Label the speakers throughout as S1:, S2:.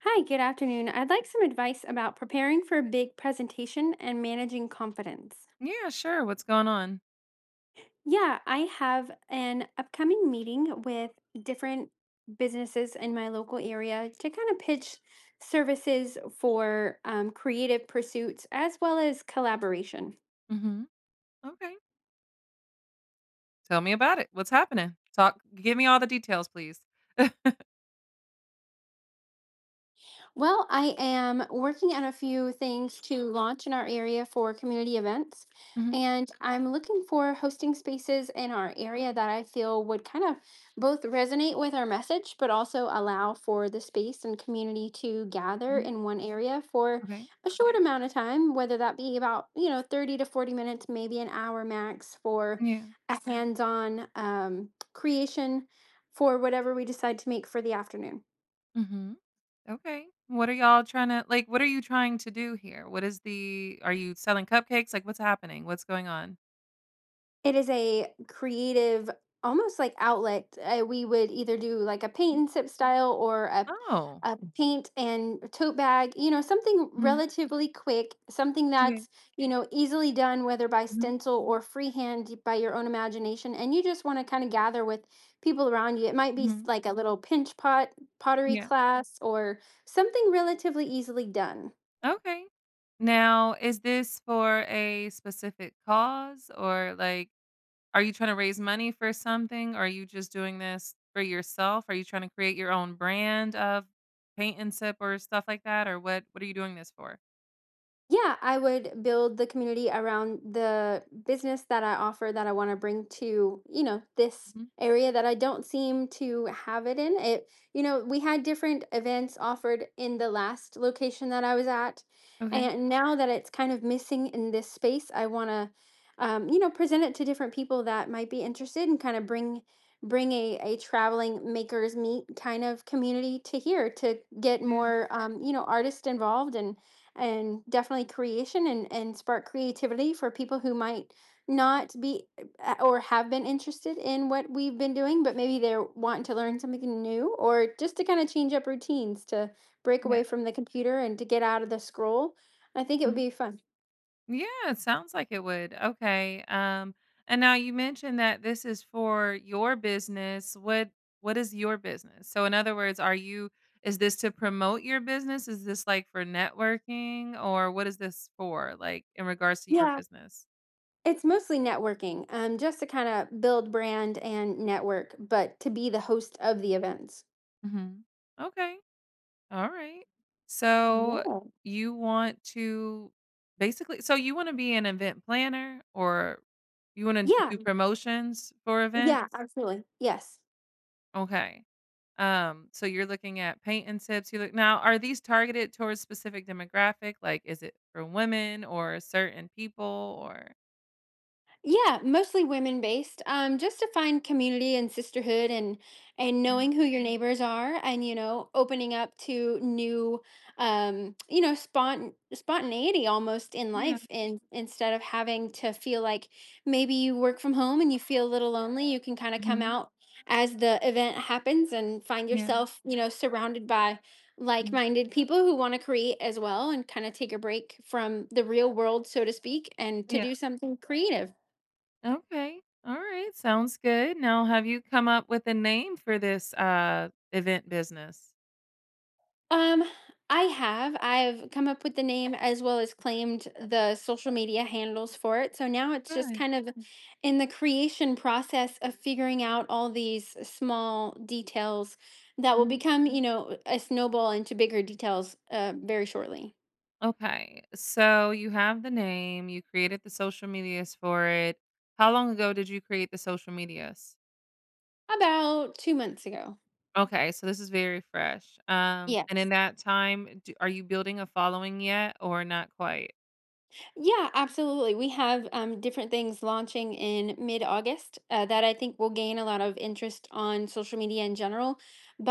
S1: Hi, good afternoon. I'd like some advice about preparing for a big presentation and managing confidence.
S2: Yeah, sure. What's going on?
S1: Yeah, I have an upcoming meeting with different businesses in my local area to kind of pitch services for creative pursuits as well as collaboration.
S2: Mhm. Okay. Tell me about it. What's happening? Talk give me all the details, please.
S1: Well, I am working on a few things to launch in our area for community events.
S2: Mhm.
S1: And I'm looking for hosting spaces in our area that I feel would kind of both resonate with our message, but also allow for the space and community to gather
S2: Mhm.
S1: in one area for
S2: Okay.
S1: a short amount of time, whether that be about, you know, 30 to 40 minutes, maybe an hour max for
S2: Yeah.
S1: a hands on creation for whatever we decide to make for the afternoon.
S2: Mhm. Okay. What are y'all trying to like, what are you trying to do here? What is the are you selling cupcakes? Like what's happening? What's going on?
S1: It is a creative, almost like outlet. We would either do like a paint and sip style or a
S2: Oh.
S1: a paint and tote bag, you know, something
S2: Mhm.
S1: relatively quick, something
S2: Yeah.
S1: that's, you know, easily done whether by
S2: Mhm.
S1: stencil or freehand by your own imagination. And you just want to kind of gather with people around you. It might be
S2: Mhm.
S1: like a little pinch pot pottery
S2: Yeah.
S1: class or something relatively easily done.
S2: Okay. Now, is this for a specific cause or like are you trying to raise money for something? Or are you just doing this for yourself? Are you trying to create your own brand of paint and sip or stuff like that? Or what are you doing this for?
S1: Yeah, I would build the community around the business that I offer that I want to bring to, you know, this
S2: Mhm.
S1: area that I don't seem to have it in. It, you know, we had different events offered in the last location that I was at.
S2: Okay.
S1: And now that it's kind of missing in this space, I want to, you know, present it to different people that might be interested and kind of bring a traveling makers meet kind of community to here to get
S2: Yeah,
S1: more you know, artists involved and definitely creation and spark creativity for people who might not be or have been interested in what we've been doing, but maybe they're wanting to learn something new or just to kind of change up routines to break
S2: yeah.
S1: away from the computer and to get out of the scroll. I think it would
S2: Mhm.
S1: be fun.
S2: Yeah, it sounds like it would. Okay. And now you mentioned that this is for your business. What is your business? So in other words, are you is this to promote your business? Is this, like, for networking? Or what is this for, like, in regards to your
S1: Yeah.
S2: business?
S1: It's mostly networking, just to kind of build brand and network, but to be the host of the events.
S2: Mhm. Okay. Alright. So,
S1: Yeah.
S2: you want to basically so you wanna be an event planner or you wanna just
S1: Yeah.
S2: do promotions for events?
S1: Yeah. Absolutely. Yes.
S2: Okay. So you're looking at paint and tips, you look now, are these targeted towards specific demographic? Like, is it for women or certain people or
S1: Yeah, mostly women based. Just to find community and sisterhood and
S2: yeah.
S1: knowing who your neighbors are and you know, opening up to new you know, spontaneity almost in
S2: Yeah.
S1: life and instead of having to feel like maybe you work from home and you feel a little lonely, you can kind of come
S2: Mhm.
S1: out as the event happens and find
S2: Yeah.
S1: yourself, you know, surrounded by
S2: Mhm.
S1: like-minded people who want to create as well and kind of take a break from the real world, so to speak, and to
S2: Yeah.
S1: do something creative.
S2: Okay. Alright, sounds good. Now have you come up with a name for this, event business?
S1: Um, I have. I've come up with the name as well as claimed the social media handles for it. So now it's just
S2: Good.
S1: kind of in the creation process of figuring out all these small details that will
S2: Mhm.
S1: become, you know, a snowball into bigger details very shortly.
S2: Okay. So you have the name, you created the social medias for it. How long ago did you create the social medias?
S1: About 2 months ago.
S2: Okay, so this is very fresh. And in
S1: Yes.
S2: that time, do, are you building a following yet or not quite?
S1: Yeah, absolutely. We have different things launching in mid-August that I think will gain a lot of interest on social media in general.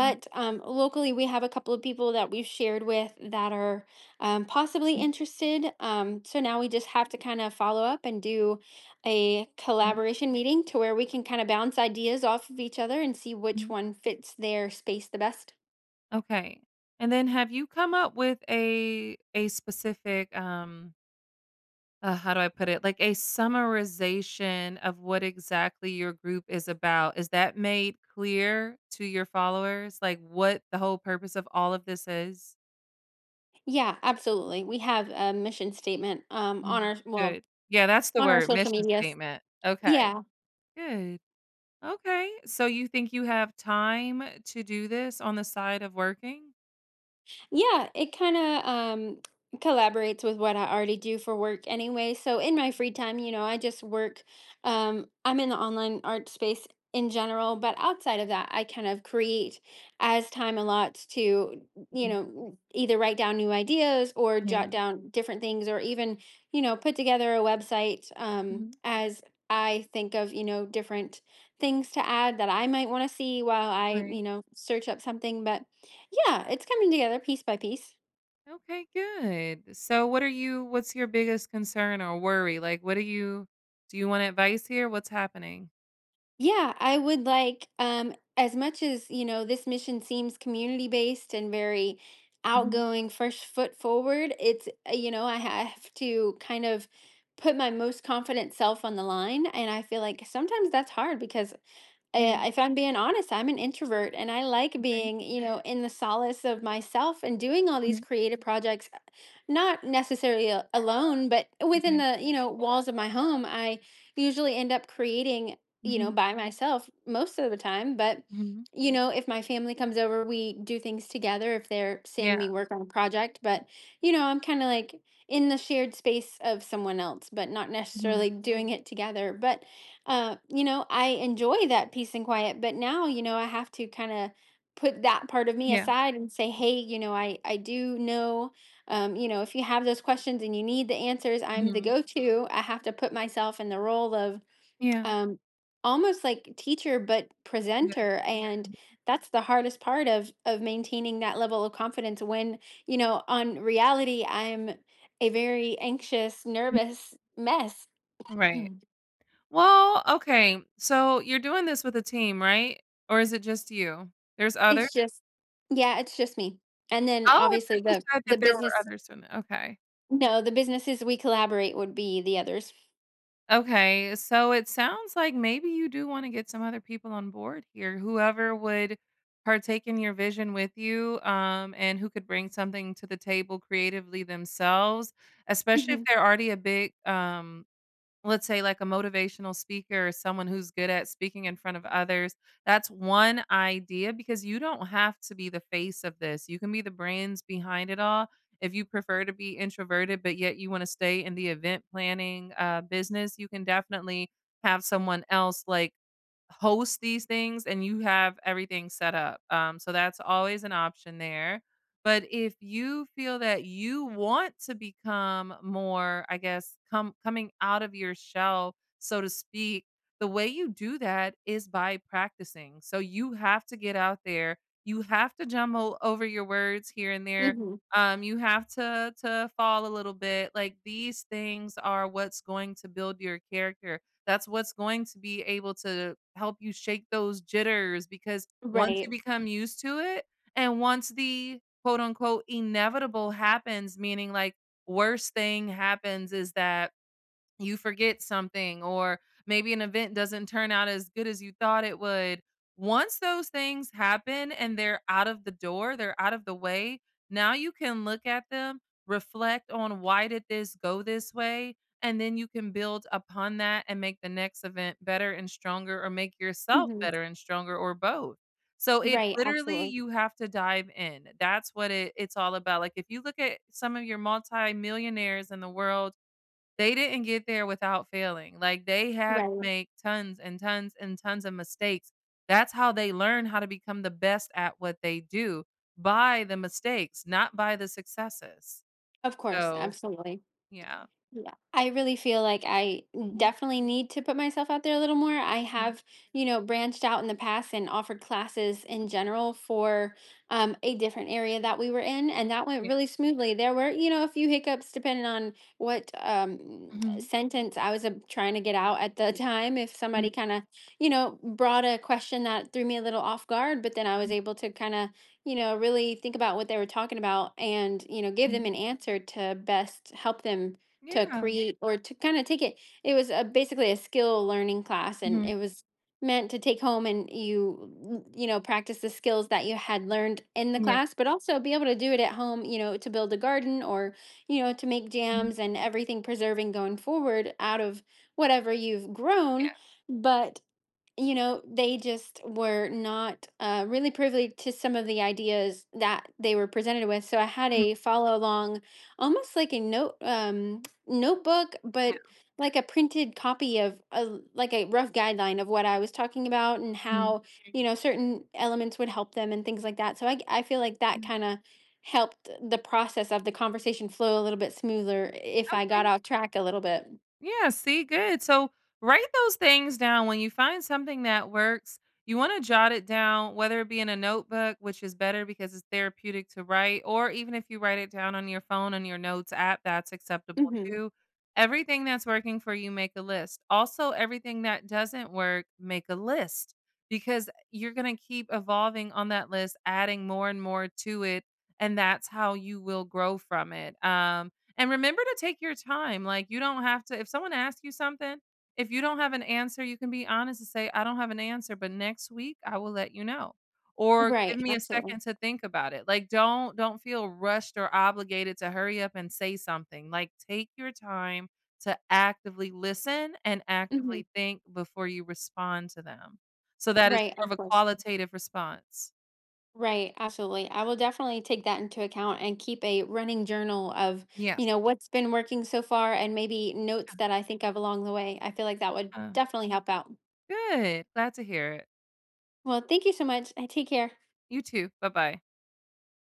S2: Mhm,
S1: locally, we have a couple of people that we've shared with that are possibly
S2: mhm,
S1: interested. So now we just have to kind of follow up and do a
S2: yeah,
S1: collaboration meeting to where we can kind of bounce ideas off of each other and see which
S2: mhm.
S1: one fits their space the best.
S2: Okay. And then have you come up with a specific how do I put it? Like a summarization of what exactly your group is about. Is that made clear to your followers? Like what the whole purpose of all of this is?
S1: Yeah, absolutely. We have a mission statement on
S2: Mhm.
S1: our, well,
S2: Good. Yeah, that's the
S1: on our
S2: word,
S1: social
S2: mission
S1: medias.
S2: statement. Okay.
S1: Yeah.
S2: Good. Okay. So you think you have time to do this on the side of working?
S1: Yeah, it kind of collaborates with what I already do for work anyway. So in my free time, you know, I just work I'm in the online art space in general, but outside of that, I kind of create as time allots to, you
S2: Mhm.
S1: know, either write down new ideas or jot
S2: Yeah.
S1: down different things or even, you know, put together a website
S2: Mhm.
S1: as I think of, you know, different things to add that I might want to see while I,
S2: Right.
S1: you know, search up something, but yeah, it's coming together piece by piece.
S2: Okay, good. So what are you what's your biggest concern or worry? Like what do you want advice here? What's happening?
S1: Yeah, I would like, as much as, you know, this mission seems community based and very outgoing, first foot forward, it's, you know, I have to kind of put my most confident self on the line. And I feel like sometimes that's hard because
S2: Yeah,
S1: if I'm being honest, I'm an introvert and I like
S2: okay.
S1: being, you know, in the solace of myself and doing all these
S2: Mhm,
S1: creative projects, not necessarily alone, but within
S2: okay.
S1: the, you know, walls of my home. I usually end up creating, you know,
S2: Mhm,
S1: by myself most of the time. But,
S2: mhm.
S1: you know, if my family comes over, we do things together if they're seeing
S2: Yeah,
S1: me work on a project. But, you know, I'm kind of like in the shared space of someone else, but not
S2: mhm,
S1: necessarily doing it together. But you know, I enjoy that peace and quiet, but now, you know, I have to kind of put that part of me
S2: yeah,
S1: aside and say, hey, you know, I do know, you know, if you have those questions and you need the answers, I'm the
S2: mhm,
S1: go-to. I have to put myself in the role of
S2: yeah,
S1: um almost like teacher but
S2: yeah.
S1: presenter and that's the hardest part of maintaining that level of confidence when, you know, on reality I'm a very anxious,
S2: Mhm.
S1: nervous mess.
S2: Right. Well, okay, so you're doing this with a team, right? Or is it just you? There's others.
S1: It's just yeah, it's just me. And then
S2: Oh, I
S1: obviously
S2: thought you said
S1: the
S2: that there were
S1: business
S2: others doing it, okay.
S1: no, the businesses we collaborate would be the others.
S2: Okay, so it sounds like maybe you do wanna get some other people on board here, whoever would partake in your vision with you, and who could bring something to the table creatively themselves, especially if
S1: Mhm.
S2: they're already a big, let's say like a motivational speaker or someone who's good at speaking in front of others. That's one idea because you don't have to be the face of this. You can be the brains behind it all if you prefer to be introverted, but yet you want to stay in the event planning business. You can definitely have someone else like host these things and you have everything set up. So that's always an option there. But if you feel that you want to become more, I guess, come coming out of your shell, so to speak, the way you do that is by practicing. So you have to get out there. You have to jumble over your words here and there.
S1: Mhm.
S2: You have to fall a little bit. Like these things are what's going to build your character. That's what's going to be able to help you shake those jitters because once you
S1: Right.
S2: become used to it and once the quote unquote inevitable happens, meaning like worst thing happens is that you forget something or maybe an event doesn't turn out as good as you thought it would. Once those things happen and they're out of the door, they're out of the way, now you can look at them, reflect on why did this go this way, and then you can build upon that and make the next event better and stronger or make yourself
S1: Mhm.
S2: better and stronger or both. So it
S1: Right,
S2: literally
S1: absolutely.
S2: you have to dive in. That's what it's all about. Like if you look at some of your multi-millionaires in the world, they didn't get there without failing. Like, they had to
S1: Right.
S2: make tons and tons and tons of mistakes. That's how they learn how to become the best at what they do, by the mistakes, not by the successes.
S1: Of course,
S2: So,
S1: absolutely.
S2: yeah.
S1: Yeah, I really feel like I
S2: Mhm,
S1: definitely need to put myself out there a little more. I
S2: yeah,
S1: have, you know, branched out in the past and offered classes in general for a different area that we were in, and that went
S2: yeah.
S1: really smoothly. There were, you know, a few hiccups depending on what
S2: Mhm,
S1: sentence I was trying to get out at the time. If
S2: yeah,
S1: somebody kind of, you know, brought a question that threw me a little off guard, but then I was
S2: mm,
S1: able to kind of you know, really think about what they were talking about and, you know, give them
S2: mhm.
S1: an answer to best help them to
S2: Yeah.
S1: create or to kind of take it. It was a, basically a skill learning class and
S2: Mhm,
S1: it was meant to take home and you know practice the skills that you had learned in the
S2: yeah,
S1: class but also be able to do it at home you know to build a garden or you know to make
S2: mm,
S1: jams and everything preserving going forward out of whatever you've grown
S2: yeah,
S1: but you know, they just were not really privy to some of the ideas that they were presented with. So I had
S2: mm,
S1: a follow along, almost like a note notebook,
S2: yeah.
S1: but like a printed copy of a, like a rough guideline of what I was talking about and
S2: Mhm.
S1: how you know certain elements would help them and things like that. So I feel like that
S2: Mhm.
S1: kind of helped the process of the conversation flow a little bit smoother if I got
S2: Okay.
S1: off track a little bit.
S2: Yeah, see, good. So write those things down. When you find something that works, you want to jot it down, whether it be in a notebook, which is better because it's therapeutic to write, or even if you write it down on your phone on your notes app, that's acceptable
S1: Hmm.
S2: too. Everything that's working for you, make a list. Also, everything that doesn't work, make a list because you're going to keep evolving on that list, adding more and more to it. And that's how you will grow from it. And remember to take your time. Like, you don't have to if someone asks you something, if you don't have an answer, you can be honest and say, "I don't have an answer, but next week I will let you know." Or, "Give
S1: Right.
S2: me a
S1: Absolutely.
S2: second to think about it." Like, don't feel rushed or obligated to hurry up and say something. Like, take your time to actively listen and
S1: Hmm.
S2: actively think before you respond to them. So that is
S1: Right.
S2: more
S1: Of
S2: of a
S1: course.
S2: qualitative response.
S1: Right, absolutely. I will definitely take that into account and keep a running journal of, you
S2: Yes.
S1: know, what's been working so far and maybe notes that I think of along the way. I feel like that would
S2: Uh,
S1: definitely help out.
S2: Good. Glad to hear it.
S1: Well, thank you so much. I take care.
S2: You too. Bye-bye.